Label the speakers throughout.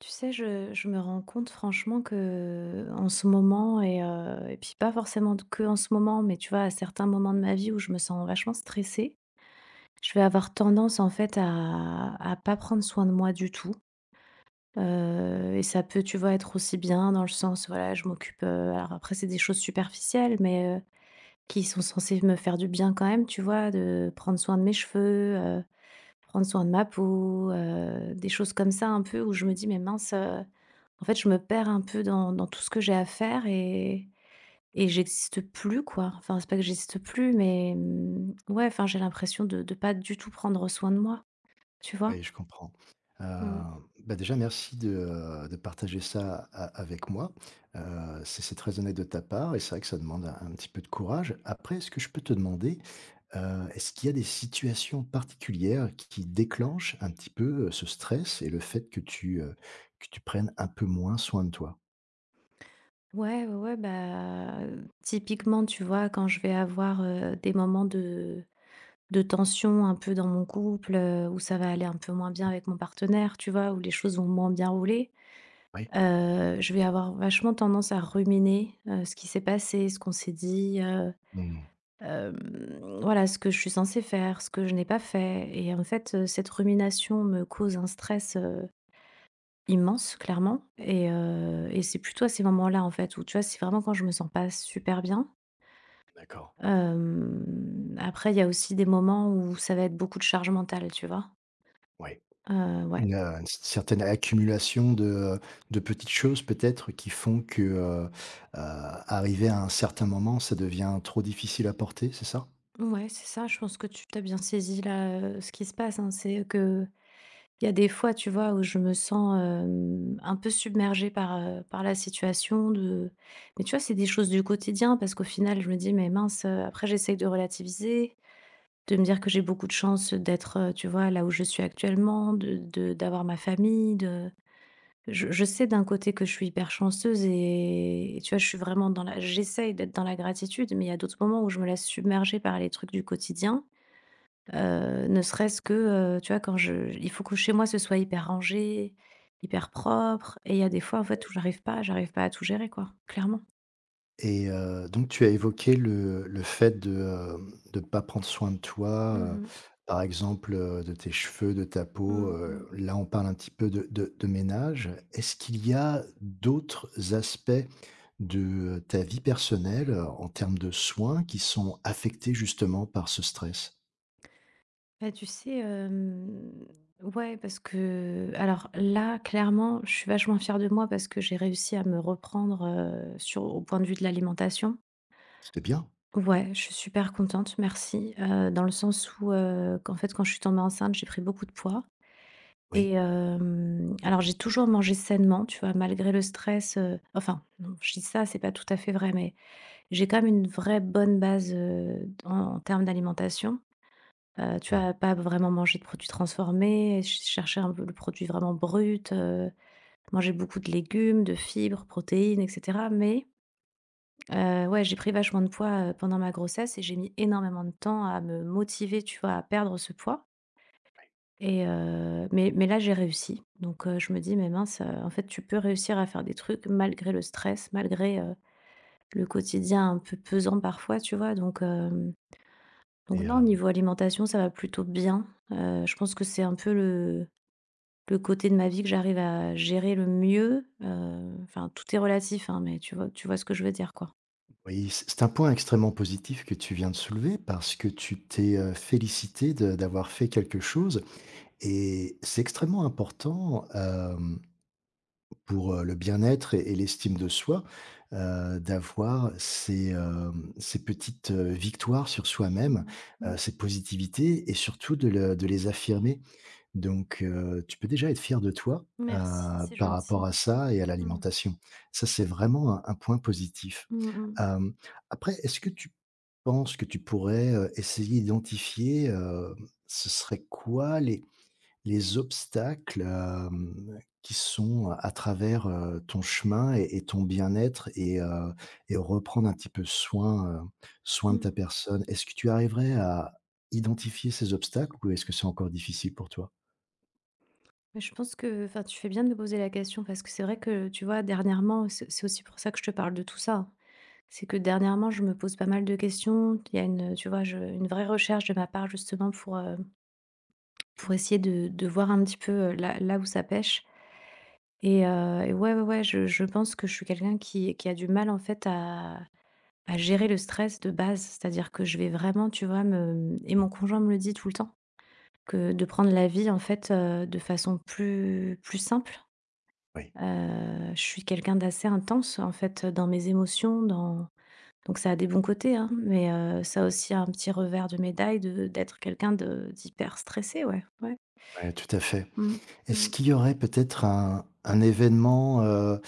Speaker 1: Tu sais, je me rends compte franchement que en ce moment, et puis pas forcément que en ce moment, mais tu vois, à certains moments de ma vie où je me sens vachement stressée, je vais avoir tendance en fait à pas prendre soin de moi du tout. Et ça peut, tu vois, être aussi bien dans le sens, voilà, je m'occupe. Alors après, c'est des choses superficielles, mais qui sont censées me faire du bien quand même, tu vois, de prendre soin de mes cheveux, prendre soin de ma peau, des choses comme ça un peu où je me dis: «Mais mince, en fait, je me perds un peu dans tout ce que j'ai à faire et j'existe plus, quoi». Enfin, c'est pas que j'existe plus, mais ouais, enfin, j'ai l'impression de pas du tout prendre soin de moi, tu vois?
Speaker 2: Oui, je comprends. Heu,
Speaker 1: Mmh.
Speaker 2: Déjà merci de partager ça a avec moi. C'est très honnête de ta part et c'est vrai que ça demande un petit peu de courage. Après, est-ce que je peux te demander, est-ce qu'il y a des situations particulières qui déclenchent un petit peu, ce stress et le fait que tu, que tu prennes un peu moins soin de toi?
Speaker 1: Ouais, ouais, ouais, bah, typiquement, tu vois, quand je vais avoir, des moments de tension un peu dans mon couple, où ça va aller un peu moins bien avec mon partenaire, tu vois? Où les choses vont moins bien rouler.
Speaker 2: Oui?
Speaker 1: Je vais avoir vachement tendance à ruminer, ce qui s'est passé, ce qu'on s'est dit,
Speaker 2: Mmh,
Speaker 1: hem, voilà, ce que je suis censée faire, ce que je n'ai pas fait et en fait, cette rumination me cause un stress, immense clairement et c'est plutôt à ces moments-là, en fait, où tu vois, c'est vraiment quand je me sens pas super bien.
Speaker 2: d'accord,
Speaker 1: Après il y a aussi des moments où ça va être beaucoup de charge mentale, tu vois?
Speaker 2: oui.
Speaker 1: Ouais.
Speaker 2: Une une certaine accumulation de petites choses peut-être qui font que, arrivé à un certain moment, ça devient trop difficile à porter, c'est ça?
Speaker 1: Ouais, c'est ça, je pense que tu as bien saisi là, ce qui se passe, hein. C'est que il y a des fois, tu vois, où je me sens, un peu submergée par, par la situation, de mais tu vois, c'est des choses du quotidien parce qu'au final, je me dis: «Mais mince», après j'essaye de relativiser, de me dire que j'ai beaucoup de chance d'être, tu vois, là où je suis actuellement, de d'avoir ma famille. De Je sais d'un côté que je suis hyper chanceuse et tu vois, je suis vraiment dans la j'essaye d'être dans la gratitude, mais il y a d'autres moments où je me laisse submerger par les trucs du quotidien. Ne serait-ce que, tu vois, quand je il faut que chez moi ce soit hyper rangé, hyper propre et il y a des fois en fait où j'arrive pas à tout gérer quoi, clairement.
Speaker 2: Et donc tu as évoqué le fait de, hem, de ne pas prendre soin de toi,
Speaker 1: Mmh mh.
Speaker 2: par exemple, de tes cheveux, de ta peau,
Speaker 1: Mmh.
Speaker 2: là on parle un petit peu de ménage. Est-ce qu'il y a d'autres aspects de, ta vie personnelle, en termes de soins qui sont affectés justement par ce stress?
Speaker 1: Bah, tu sais, ouais, parce que alors là, clairement, je suis vachement fière de moi parce que j'ai réussi à me reprendre, sur au point de vue de l'alimentation.
Speaker 2: C'était bien,
Speaker 1: Ouais, je suis super contente, merci, dans le sens où, qu'en fait quand je suis tombée enceinte, j'ai pris beaucoup de poids. Et
Speaker 2: oui.
Speaker 1: alors j'ai toujours mangé sainement, tu vois? Malgré le stress, enfin non, je dis ça, c'est pas tout à fait vrai, mais j'ai quand même une vraie bonne base, en termes d'alimentation. Tu
Speaker 2: Mmh.
Speaker 1: vois? Pas vraiment manger de produits transformés, ch chercher un peu le produit vraiment brut, manger beaucoup de légumes, de fibres, protéines, et cetera. Mais, ouais, j'ai pris vachement de poids, pendant ma grossesse et j'ai mis énormément de temps à me motiver, tu vois? À perdre ce poids. Mais là j'ai réussi donc je me dis: «Mais mince, en fait tu peux réussir à faire des trucs malgré le stress, malgré, le quotidien un peu pesant parfois», tu vois? Donc
Speaker 2: Et
Speaker 1: non,
Speaker 2: hem,
Speaker 1: niveau alimentation, ça va plutôt bien. Je pense que c'est un peu le côté de ma vie que j'arrive à gérer le mieux, enfin tout est relatif, hein, mais tu vois ce que je veux dire, quoi.
Speaker 2: oui, c'est un point extrêmement positif que tu viens de soulever parce que tu t'es, félicitée de d'avoir fait quelque chose et c'est extrêmement important, hem, pour, le bien-être et l'estime de soi, d'avoir ces, hem, ces petites, victoires sur soi-même,
Speaker 1: Mmh, mmh.
Speaker 2: ces positivités et surtout de les affirmer. Donc, tu peux déjà être fier de toi,
Speaker 1: Merci, c'est
Speaker 2: par rapport
Speaker 1: gentil.
Speaker 2: à ça et à
Speaker 1: Mmh.
Speaker 2: l'alimentation. Ça, c'est vraiment un point positif.
Speaker 1: Mmh mh.
Speaker 2: Hem, après, est-ce que tu penses que tu pourrais, essayer d'identifier, ce serait quoi les obstacles, hem, qui sont à travers, ton chemin et ton bien-être et reprendre un petit peu soin, soin de ta
Speaker 1: Mmh.
Speaker 2: personne? Est-ce que tu arriverais à identifier ces obstacles ou est-ce que c'est encore difficile pour toi?
Speaker 1: Mais je pense que enfin, tu fais bien de me poser la question parce que c'est vrai que, tu vois, dernièrement, c'est aussi pour ça que je te parle de tout ça. C'est que dernièrement, je me pose pas mal de questions. Il y a une, tu vois, je une vraie recherche de ma part, justement, pour essayer de voir un petit peu, là où ça pêche et ouais, ouais, ouais, je pense que je suis quelqu'un qui a du mal, en fait, à gérer le stress de base. C'est-à-dire que je vais vraiment, tu vois, me et mon conjoint me le dit tout le temps, que de prendre la vie, en fait, de façon plus simple.
Speaker 2: Oui.
Speaker 1: Je suis quelqu'un d'assez intense, en fait, dans mes émotions, dans donc ça a des bons côtés, hein, mais ça a aussi un petit revers de médaille de d'être quelqu'un de d'hyper stressé, ouais, ouais.
Speaker 2: Ouais, tout à fait.
Speaker 1: Mmh.
Speaker 2: Est-ce
Speaker 1: Mmh.
Speaker 2: qu'il y aurait peut-être un événement, heu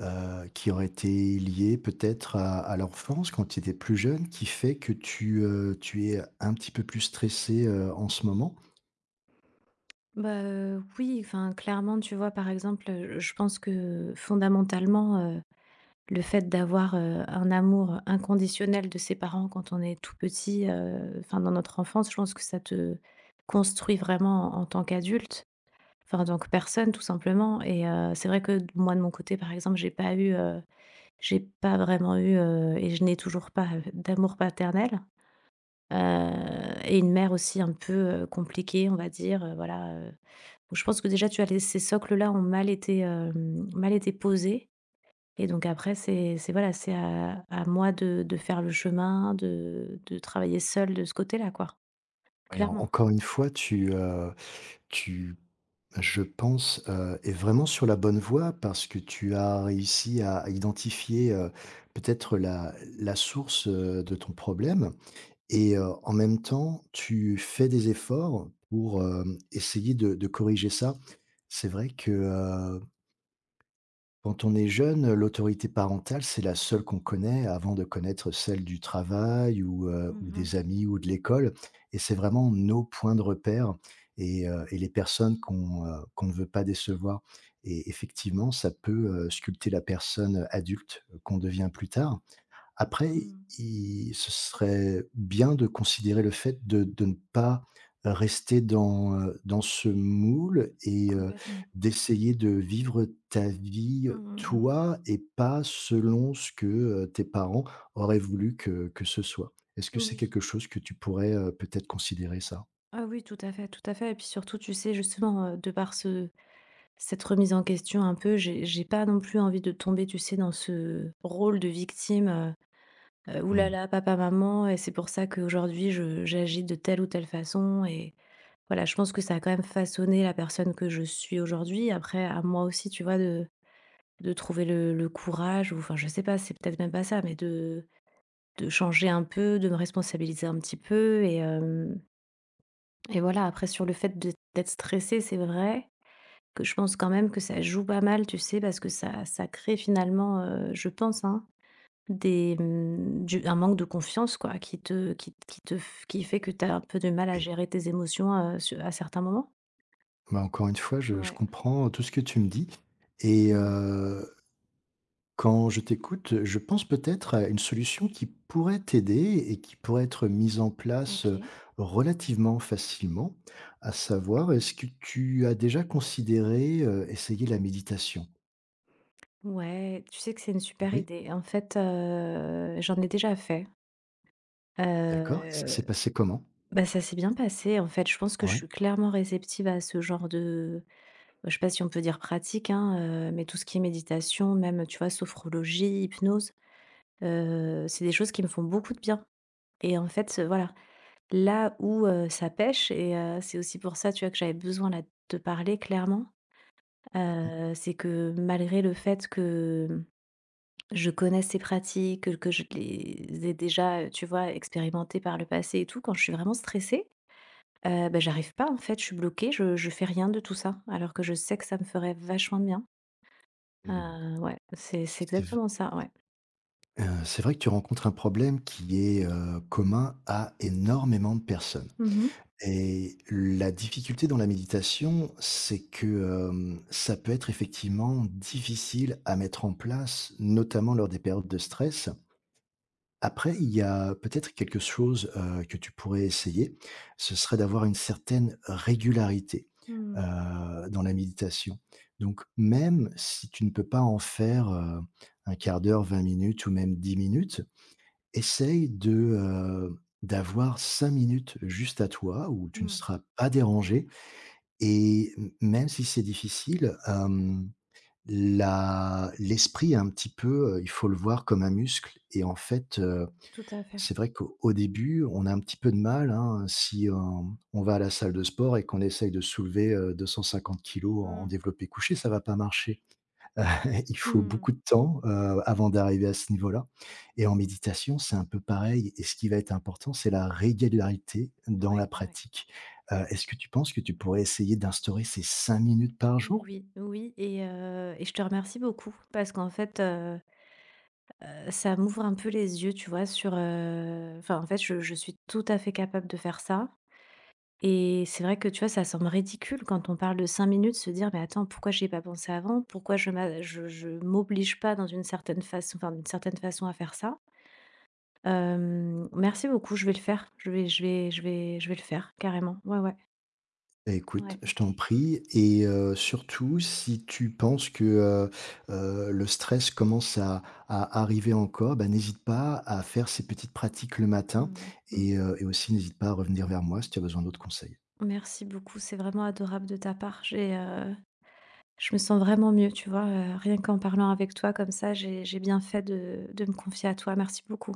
Speaker 2: heu, qui aurait été lié peut-être à l'enfance quand tu étais plus jeune, qui fait que tu, tu es un petit peu plus stressé, en ce moment?
Speaker 1: Bah, oui, enfin, clairement, tu vois, par exemple, je pense que fondamentalement, le fait d'avoir, un amour inconditionnel de ses parents quand on est tout petit, enfin, dans notre enfance, je pense que ça te construit vraiment en tant qu'adulte, enfin, en tant que personne, tout simplement et c'est vrai que d moi, de mon côté, par exemple, j'ai pas eu, j'ai pas vraiment eu, et je n'ai toujours pas, d'amour paternel, heu et une mère aussi un peu, compliquée, on va dire, voilà, donc, je pense que déjà, tu as les ces socles-là ont mal été posés et donc après c'est voilà, c'est à moi de faire le chemin, de travailler seule de ce côté-là, quoi.
Speaker 2: Et en
Speaker 1: Clairement.
Speaker 2: encore une fois, tu, je pense, es vraiment sur la bonne voie parce que tu as réussi à identifier, peut-être la la source, de ton problème. Et en même temps, tu fais des efforts pour, hem, essayer de corriger ça. C'est vrai que, quand on est jeune, l'autorité parentale, c'est la seule qu'on connaît avant de connaître celle du travail ou
Speaker 1: Mmh mh.
Speaker 2: des amis ou de l'école et c'est vraiment nos points de repère et les personnes qu'on, qu'on ne veut pas décevoir et effectivement, ça peut, sculpter la personne adulte qu'on devient plus tard. Après,
Speaker 1: Mmh.
Speaker 2: il ce serait bien de considérer le fait de ne pas rester dans, dans ce moule et
Speaker 1: Complètement.
Speaker 2: d'essayer de vivre ta vie,
Speaker 1: Mmh.
Speaker 2: toi et pas selon ce que, tes parents auraient voulu que ce soit. Est-ce que c'est
Speaker 1: Oui.
Speaker 2: quelque chose que tu pourrais, peut-être considérer ça?
Speaker 1: Ah oui, tout à fait et puis surtout, tu sais, justement, de par ce cette remise en question un peu, j'ai pas non plus envie de tomber, tu sais, dans ce rôle de victime, «Ouh là
Speaker 2: Mmh,
Speaker 1: là, papa, maman et c'est pour ça qu'aujourd'hui je j'agis de telle ou telle façon» et voilà, je pense que ça a quand même façonné la personne que je suis aujourd'hui. Après, à moi aussi, tu vois, de trouver le courage ou enfin, je sais pas, c'est peut-être même pas ça, mais de changer un peu, de me responsabiliser un petit peu et voilà. Après sur le fait de d'être stressée, c'est vrai que je pense quand même que ça joue pas mal, tu sais? Parce que ça crée finalement, je pense, hein, des, mmh, du un manque de confiance quoi, qui te f qui fait que tu as un peu de mal à
Speaker 2: oui.
Speaker 1: gérer tes émotions, su à certains moments.
Speaker 2: Bah, encore une fois, je
Speaker 1: Ouais.
Speaker 2: comprends tout ce que tu me dis et
Speaker 1: Mmh.
Speaker 2: heu. Quand je t'écoute, je pense peut-être à une solution qui pourrait t'aider et qui pourrait être mise en place
Speaker 1: OK.
Speaker 2: relativement facilement, à savoir, est-ce que tu as déjà considéré essayer la méditation?
Speaker 1: Ouais, tu sais que c'est une super
Speaker 2: Oui,
Speaker 1: idée. En fait, j'en ai déjà fait.
Speaker 2: d'accord. Ça
Speaker 1: Heu,
Speaker 2: s'est passé comment?
Speaker 1: bah, ça s'est bien passé, en fait. Je pense que je
Speaker 2: Ouais.
Speaker 1: suis clairement réceptive à ce genre de bah, je sais pas si on peut dire pratique, hein, mais tout ce qui est méditation, même, tu vois, sophrologie, hypnose, c'est des choses qui me font beaucoup de bien et en fait, voilà, là où, ça pêche et c'est aussi pour ça, tu vois, que j'avais besoin, là, de te parler clairement, c'est que malgré le fait que je connais ces pratiques, que je les ai déjà, tu vois, expérimentées par le passé et tout. Quand je suis vraiment stressée, bah, j'arrive pas en fait, je suis bloquée, je fais rien de tout ça, alors que je sais que ça me ferait vachement de bien.
Speaker 2: Mhm.
Speaker 1: Ouais, c'est
Speaker 2: C'est v-
Speaker 1: exactement ça, ouais.
Speaker 2: c'est vrai que tu rencontres un problème qui est commun à énormément de personnes.
Speaker 1: Mmh mh.
Speaker 2: Et la difficulté dans la méditation, c'est que, hem, ça peut être effectivement difficile à mettre en place, notamment lors des périodes de stress. Après, il y a peut-être quelque chose, que tu pourrais essayer, ce serait d'avoir une certaine régularité,
Speaker 1: Mmh.
Speaker 2: dans la méditation. Donc même si tu ne peux pas en faire, 1/4 d'heure, 20 minutes ou même 10 minutes. Essaye de, d'avoir 5 minutes juste à toi où tu ne
Speaker 1: Mmh.
Speaker 2: seras pas dérangé et m même si c'est difficile, hem, la l'esprit un petit peu, il faut le voir comme un muscle et en fait,
Speaker 1: Tout à fait.
Speaker 2: c'est vrai qu'au au début, on a un petit peu de mal, hein, si, hem, on va à la salle de sport et qu'on essaye de soulever, 250 kilos en
Speaker 1: Mmh.
Speaker 2: développé couché, ça va pas marcher. Il faut
Speaker 1: Mmh.
Speaker 2: beaucoup de temps, avant d'arriver à ce niveau-là et en méditation, c'est un peu pareil et ce qui va être important, c'est la régularité dans la
Speaker 1: Ouais, ouais.
Speaker 2: pratique. Est-ce que tu penses que tu pourrais essayer d'instaurer ces 5 minutes par jour?
Speaker 1: Oui, oui et je te remercie beaucoup parce qu'en fait, ça m'ouvre un peu les yeux, tu vois, enfin, en fait, je suis tout à fait capable de faire ça. Et c'est vrai que, tu vois, ça semble ridicule quand on parle de 5 minutes, se dire: «Mais attends, pourquoi j'y ai pas pensé avant? Pourquoi je m'oblige pas dans une certaine façon enfin, d'une certaine façon à faire ça?» Merci beaucoup, je vais le faire. Je vais le faire carrément. Ouais, ouais.
Speaker 2: Bah, écoute,
Speaker 1: Ouais.
Speaker 2: je t'en prie et surtout si tu penses que, heu le stress commence à arriver encore, bah, n'hésite pas à faire ces petites pratiques le matin
Speaker 1: Mmh mh.
Speaker 2: et aussi n'hésite pas à revenir vers moi si tu as besoin d'autres conseils.
Speaker 1: Merci beaucoup, c'est vraiment adorable de ta part. Je me sens vraiment mieux, tu vois? Rien qu'en parlant avec toi comme ça, j'ai bien fait de me confier à toi. Merci beaucoup.